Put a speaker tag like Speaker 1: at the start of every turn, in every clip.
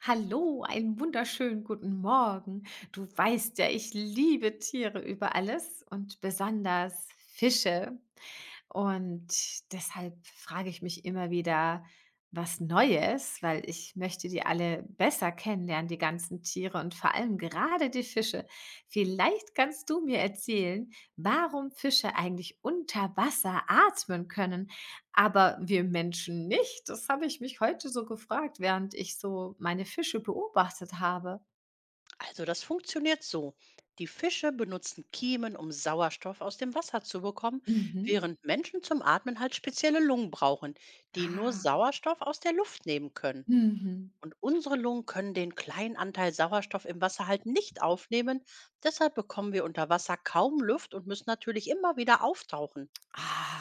Speaker 1: Hallo, einen wunderschönen guten Morgen. Du weißt ja, ich liebe Tiere über alles und besonders Fische. Und deshalb frage ich mich immer wieder was Neues, weil ich möchte die alle besser kennenlernen, die ganzen Tiere und vor allem gerade die Fische. Vielleicht kannst du mir erzählen, warum Fische eigentlich unter Wasser atmen können, aber wir Menschen nicht. Das habe ich mich heute so gefragt, während ich so meine Fische beobachtet habe.
Speaker 2: Also das funktioniert so. Die Fische benutzen Kiemen, um Sauerstoff aus dem Wasser zu bekommen,
Speaker 1: Mhm.
Speaker 2: während Menschen zum Atmen halt spezielle Lungen brauchen, die nur
Speaker 1: Ah.
Speaker 2: Sauerstoff aus der Luft nehmen können.
Speaker 1: Mhm.
Speaker 2: Und unsere Lungen können den kleinen Anteil Sauerstoff im Wasser halt nicht aufnehmen. Deshalb bekommen wir unter Wasser kaum Luft und müssen natürlich immer wieder auftauchen.
Speaker 1: Ah.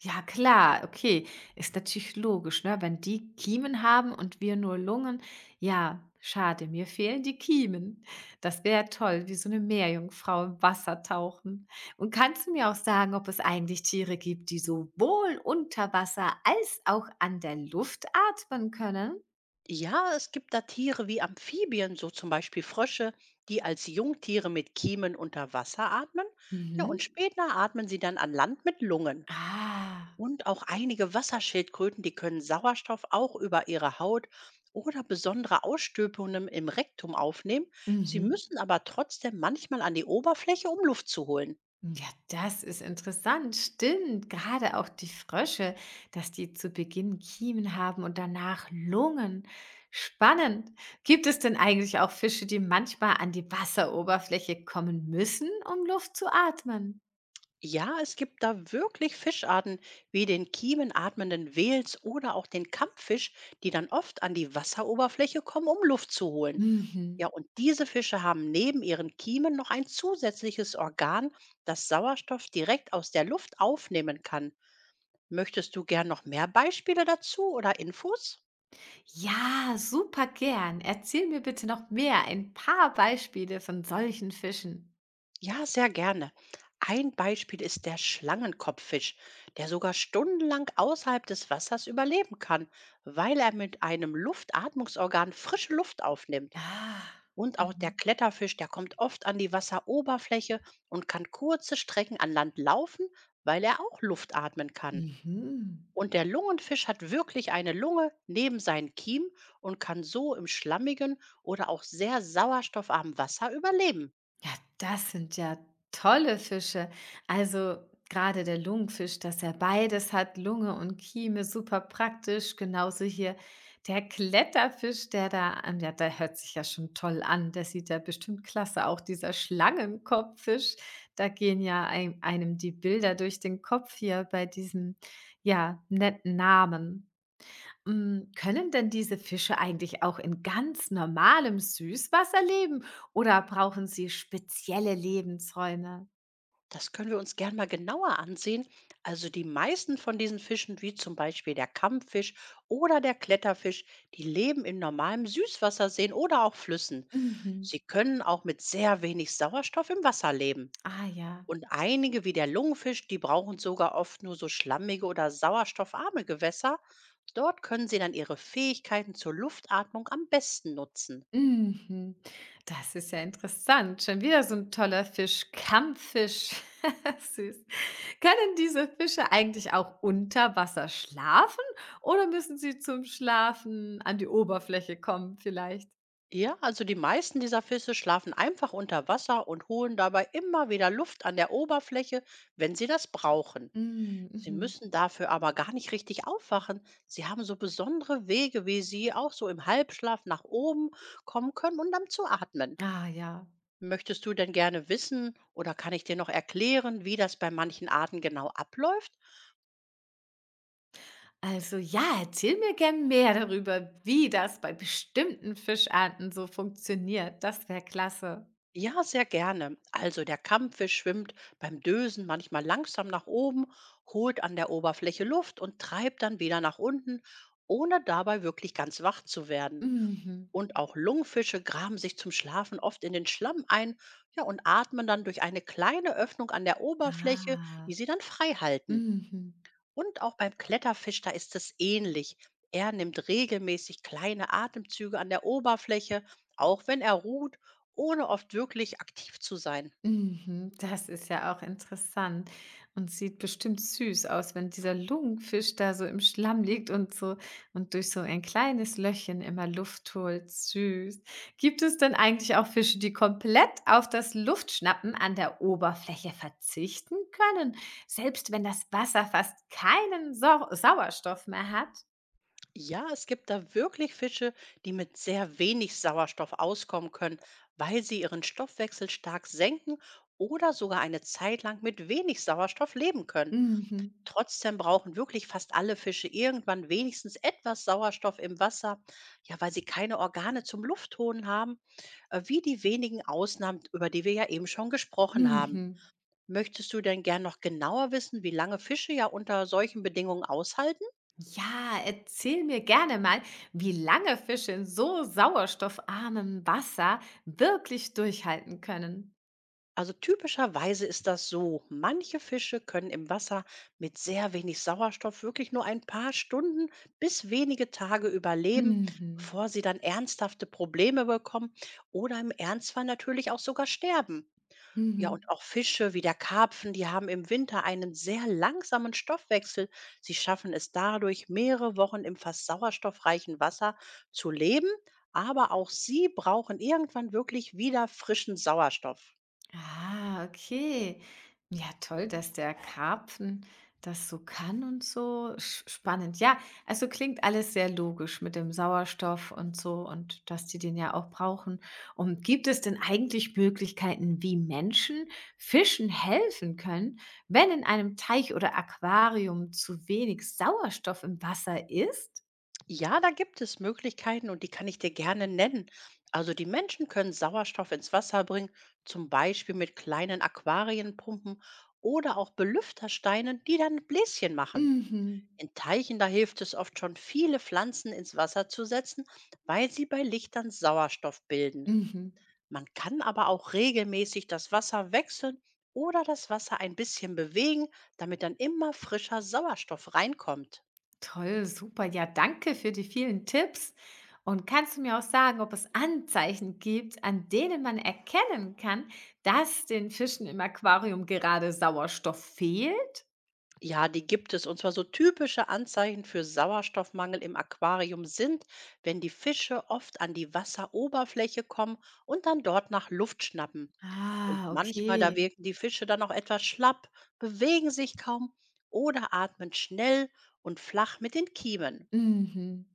Speaker 1: Ja klar, okay. Ist natürlich logisch, ne? Wenn die Kiemen haben und wir nur Lungen. Ja, schade, mir fehlen die Kiemen. Das wäre toll, wie so eine Meerjungfrau im Wasser tauchen. Und kannst du mir auch sagen, ob es eigentlich Tiere gibt, die sowohl unter Wasser als auch an der Luft atmen können?
Speaker 2: Ja, es gibt da Tiere wie Amphibien, so zum Beispiel Frösche, die als Jungtiere mit Kiemen unter Wasser atmen. Ja, und
Speaker 1: Mhm.
Speaker 2: später atmen sie dann an Land mit Lungen.
Speaker 1: Ah.
Speaker 2: Und auch einige Wasserschildkröten, die können Sauerstoff auch über ihre Haut oder besondere Ausstülpungen im Rektum aufnehmen. Sie
Speaker 1: Mhm.
Speaker 2: müssen aber trotzdem manchmal an die Oberfläche, um Luft zu holen.
Speaker 1: Ja, das ist interessant. Stimmt, gerade auch die Frösche, dass die zu Beginn Kiemen haben und danach Lungen. Spannend. Gibt es denn eigentlich auch Fische, die manchmal an die Wasseroberfläche kommen müssen, um Luft zu atmen?
Speaker 2: Ja, es gibt da wirklich Fischarten wie den kiemenatmenden Wels oder auch den Kampffisch, die dann oft an die Wasseroberfläche kommen, um Luft zu holen.
Speaker 1: Mhm.
Speaker 2: Ja, und diese Fische haben neben ihren Kiemen noch ein zusätzliches Organ, das Sauerstoff direkt aus der Luft aufnehmen kann. Möchtest du gern noch mehr Beispiele dazu oder Infos?
Speaker 1: Ja, super gern. Erzähl mir bitte noch mehr, ein paar Beispiele von solchen Fischen.
Speaker 2: Ja, sehr gerne. Ein Beispiel ist der Schlangenkopffisch, der sogar stundenlang außerhalb des Wassers überleben kann, weil er mit einem Luftatmungsorgan frische Luft aufnimmt.
Speaker 1: Ah,
Speaker 2: Und auch der
Speaker 1: mhm.
Speaker 2: Kletterfisch, der kommt oft an die Wasseroberfläche und kann kurze Strecken an Land laufen, weil er auch Luft atmen kann.
Speaker 1: Mhm.
Speaker 2: Und der Lungenfisch hat wirklich eine Lunge neben seinen Kiemen und kann so im schlammigen oder auch sehr sauerstoffarmen Wasser überleben.
Speaker 1: Ja, das sind ja tolle Fische. Also gerade der Lungenfisch, dass er beides hat, Lunge und Kieme, super praktisch. Genauso hier der Kletterfisch, der da, ja, der hört sich ja schon toll an. Der sieht ja bestimmt klasse. Auch dieser Schlangenkopffisch, da gehen ja einem die Bilder durch den Kopf hier bei diesem, ja, netten Namen. Mm, können denn diese Fische eigentlich auch in ganz normalem Süßwasser leben oder brauchen sie spezielle Lebensräume?
Speaker 2: Das können wir uns gern mal genauer ansehen. Also die meisten von diesen Fischen, wie zum Beispiel der Kampffisch oder der Kletterfisch, die leben in normalem Süßwasserseen oder auch Flüssen.
Speaker 1: Mhm.
Speaker 2: Sie können auch mit sehr wenig Sauerstoff im Wasser leben.
Speaker 1: Ah ja.
Speaker 2: Und einige, wie der Lungenfisch, die brauchen sogar oft nur so schlammige oder sauerstoffarme Gewässer. Dort können sie dann ihre Fähigkeiten zur Luftatmung am besten nutzen.
Speaker 1: Mhm. Das ist ja interessant. Schon wieder so ein toller Fisch. Kampffisch. Süß. Können diese Fische eigentlich auch unter Wasser schlafen oder müssen sie zum Schlafen an die Oberfläche kommen vielleicht?
Speaker 2: Ja, also die meisten dieser Fische schlafen einfach unter Wasser und holen dabei immer wieder Luft an der Oberfläche, wenn sie das brauchen.
Speaker 1: Mm,
Speaker 2: Sie
Speaker 1: mhm.
Speaker 2: müssen dafür aber gar nicht richtig aufwachen. Sie haben so besondere Wege, wie sie auch so im Halbschlaf nach oben kommen können und dann zu atmen.
Speaker 1: Ah ja.
Speaker 2: Möchtest du denn gerne wissen oder kann ich dir noch erklären, wie das bei manchen Arten genau abläuft?
Speaker 1: Also ja, erzähl mir gern mehr darüber, wie das bei bestimmten Fischarten so funktioniert. Das wäre klasse.
Speaker 2: Ja, sehr gerne. Also der Kampffisch schwimmt beim Dösen manchmal langsam nach oben, holt an der Oberfläche Luft und treibt dann wieder nach unten, ohne dabei wirklich ganz wach zu werden.
Speaker 1: Mhm.
Speaker 2: Und auch Lungfische graben sich zum Schlafen oft in den Schlamm ein, ja, und atmen dann durch eine kleine Öffnung an der Oberfläche,
Speaker 1: Ah.
Speaker 2: die sie dann frei halten.
Speaker 1: Mhm.
Speaker 2: Und auch beim Kletterfisch, da ist es ähnlich. Er nimmt regelmäßig kleine Atemzüge an der Oberfläche, auch wenn er ruht, ohne oft wirklich aktiv zu sein.
Speaker 1: Mhm, das ist ja auch interessant und sieht bestimmt süß aus, wenn dieser Lungenfisch da so im Schlamm liegt und so und durch so ein kleines Löchchen immer Luft holt. Süß. Gibt es denn eigentlich auch Fische, die komplett auf das Luftschnappen an der Oberfläche verzichten können, selbst wenn das Wasser fast keinen Sauerstoff mehr hat?
Speaker 2: Ja, es gibt da wirklich Fische, die mit sehr wenig Sauerstoff auskommen können, weil sie ihren Stoffwechsel stark senken oder sogar eine Zeit lang mit wenig Sauerstoff leben können.
Speaker 1: Mhm.
Speaker 2: Trotzdem brauchen wirklich fast alle Fische irgendwann wenigstens etwas Sauerstoff im Wasser, ja, weil sie keine Organe zum Luftholen haben, wie die wenigen Ausnahmen, über die wir ja eben schon gesprochen haben.
Speaker 1: Mhm.
Speaker 2: Möchtest du denn gern noch genauer wissen, wie lange Fische ja unter solchen Bedingungen aushalten?
Speaker 1: Ja, erzähl mir gerne mal, wie lange Fische in so sauerstoffarmem Wasser wirklich durchhalten können.
Speaker 2: Also typischerweise ist das so. Manche Fische können im Wasser mit sehr wenig Sauerstoff wirklich nur ein paar Stunden bis wenige Tage überleben,
Speaker 1: Mhm.
Speaker 2: bevor sie dann ernsthafte Probleme bekommen oder im Ernstfall natürlich auch sogar sterben. Ja,
Speaker 1: Mhm.
Speaker 2: und auch Fische wie der Karpfen, die haben im Winter einen sehr langsamen Stoffwechsel. Sie schaffen es dadurch, mehrere Wochen im fast sauerstoffreichen Wasser zu leben, aber auch sie brauchen irgendwann wirklich wieder frischen Sauerstoff.
Speaker 1: Ah, okay. Ja, toll, dass der Karpfen das so kann und so. Spannend. Ja, also klingt alles sehr logisch mit dem Sauerstoff und so und dass die den ja auch brauchen. Und gibt es denn eigentlich Möglichkeiten, wie Menschen Fischen helfen können, wenn in einem Teich oder Aquarium zu wenig Sauerstoff im Wasser ist?
Speaker 2: Ja, da gibt es Möglichkeiten und die kann ich dir gerne nennen. Also die Menschen können Sauerstoff ins Wasser bringen, zum Beispiel mit kleinen Aquarienpumpen oder auch Belüftersteinen, die dann Bläschen machen.
Speaker 1: Mhm.
Speaker 2: In Teichen, da hilft es oft schon, viele Pflanzen ins Wasser zu setzen, weil sie bei Lichtern Sauerstoff bilden.
Speaker 1: Mhm.
Speaker 2: Man kann aber auch regelmäßig das Wasser wechseln oder das Wasser ein bisschen bewegen, damit dann immer frischer Sauerstoff reinkommt.
Speaker 1: Toll, super. Ja, danke für die vielen Tipps. Und kannst du mir auch sagen, ob es Anzeichen gibt, an denen man erkennen kann, dass den Fischen im Aquarium gerade Sauerstoff fehlt?
Speaker 2: Ja, die gibt es. Und zwar so typische Anzeichen für Sauerstoffmangel im Aquarium sind, wenn die Fische oft an die Wasseroberfläche kommen und dann dort nach Luft schnappen. Und
Speaker 1: Ah,
Speaker 2: manchmal, da
Speaker 1: okay.
Speaker 2: wirken die Fische dann auch etwas schlapp, bewegen sich kaum oder atmen schnell und flach mit den Kiemen.
Speaker 1: Mhm.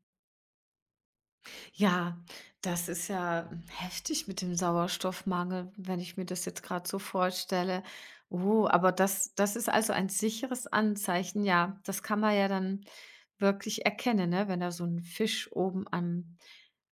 Speaker 1: Ja, das ist ja heftig mit dem Sauerstoffmangel, wenn ich mir das jetzt gerade so vorstelle. Oh, aber das ist also ein sicheres Anzeichen, ja. Das kann man ja dann wirklich erkennen, ne, wenn da so ein Fisch oben am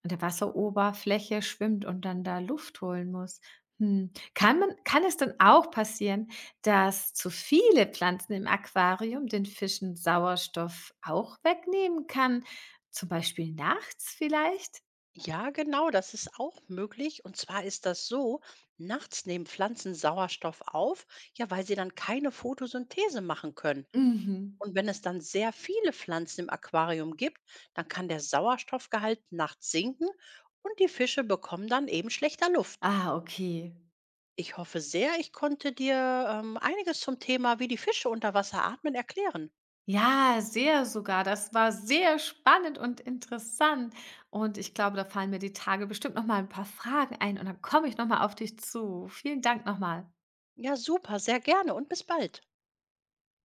Speaker 1: an der Wasseroberfläche schwimmt und dann da Luft holen muss. Hm, kann es dann auch passieren, dass zu viele Pflanzen im Aquarium den Fischen Sauerstoff auch wegnehmen kann, zum Beispiel nachts vielleicht?
Speaker 2: Ja, genau, das ist auch möglich. Und zwar ist das so, nachts nehmen Pflanzen Sauerstoff auf, ja, weil sie dann keine Photosynthese machen können.
Speaker 1: Mhm.
Speaker 2: Und wenn es dann sehr viele Pflanzen im Aquarium gibt, dann kann der Sauerstoffgehalt nachts sinken und die Fische bekommen dann eben schlechter Luft.
Speaker 1: Ah, okay.
Speaker 2: Ich hoffe sehr, ich konnte dir einiges zum Thema, wie die Fische unter Wasser atmen, erklären.
Speaker 1: Ja, sehr sogar. Das war sehr spannend und interessant. Und ich glaube, da fallen mir die Tage bestimmt noch mal ein paar Fragen ein und dann komme ich noch mal auf dich zu. Vielen Dank noch mal.
Speaker 2: Ja, super, sehr gerne und bis bald.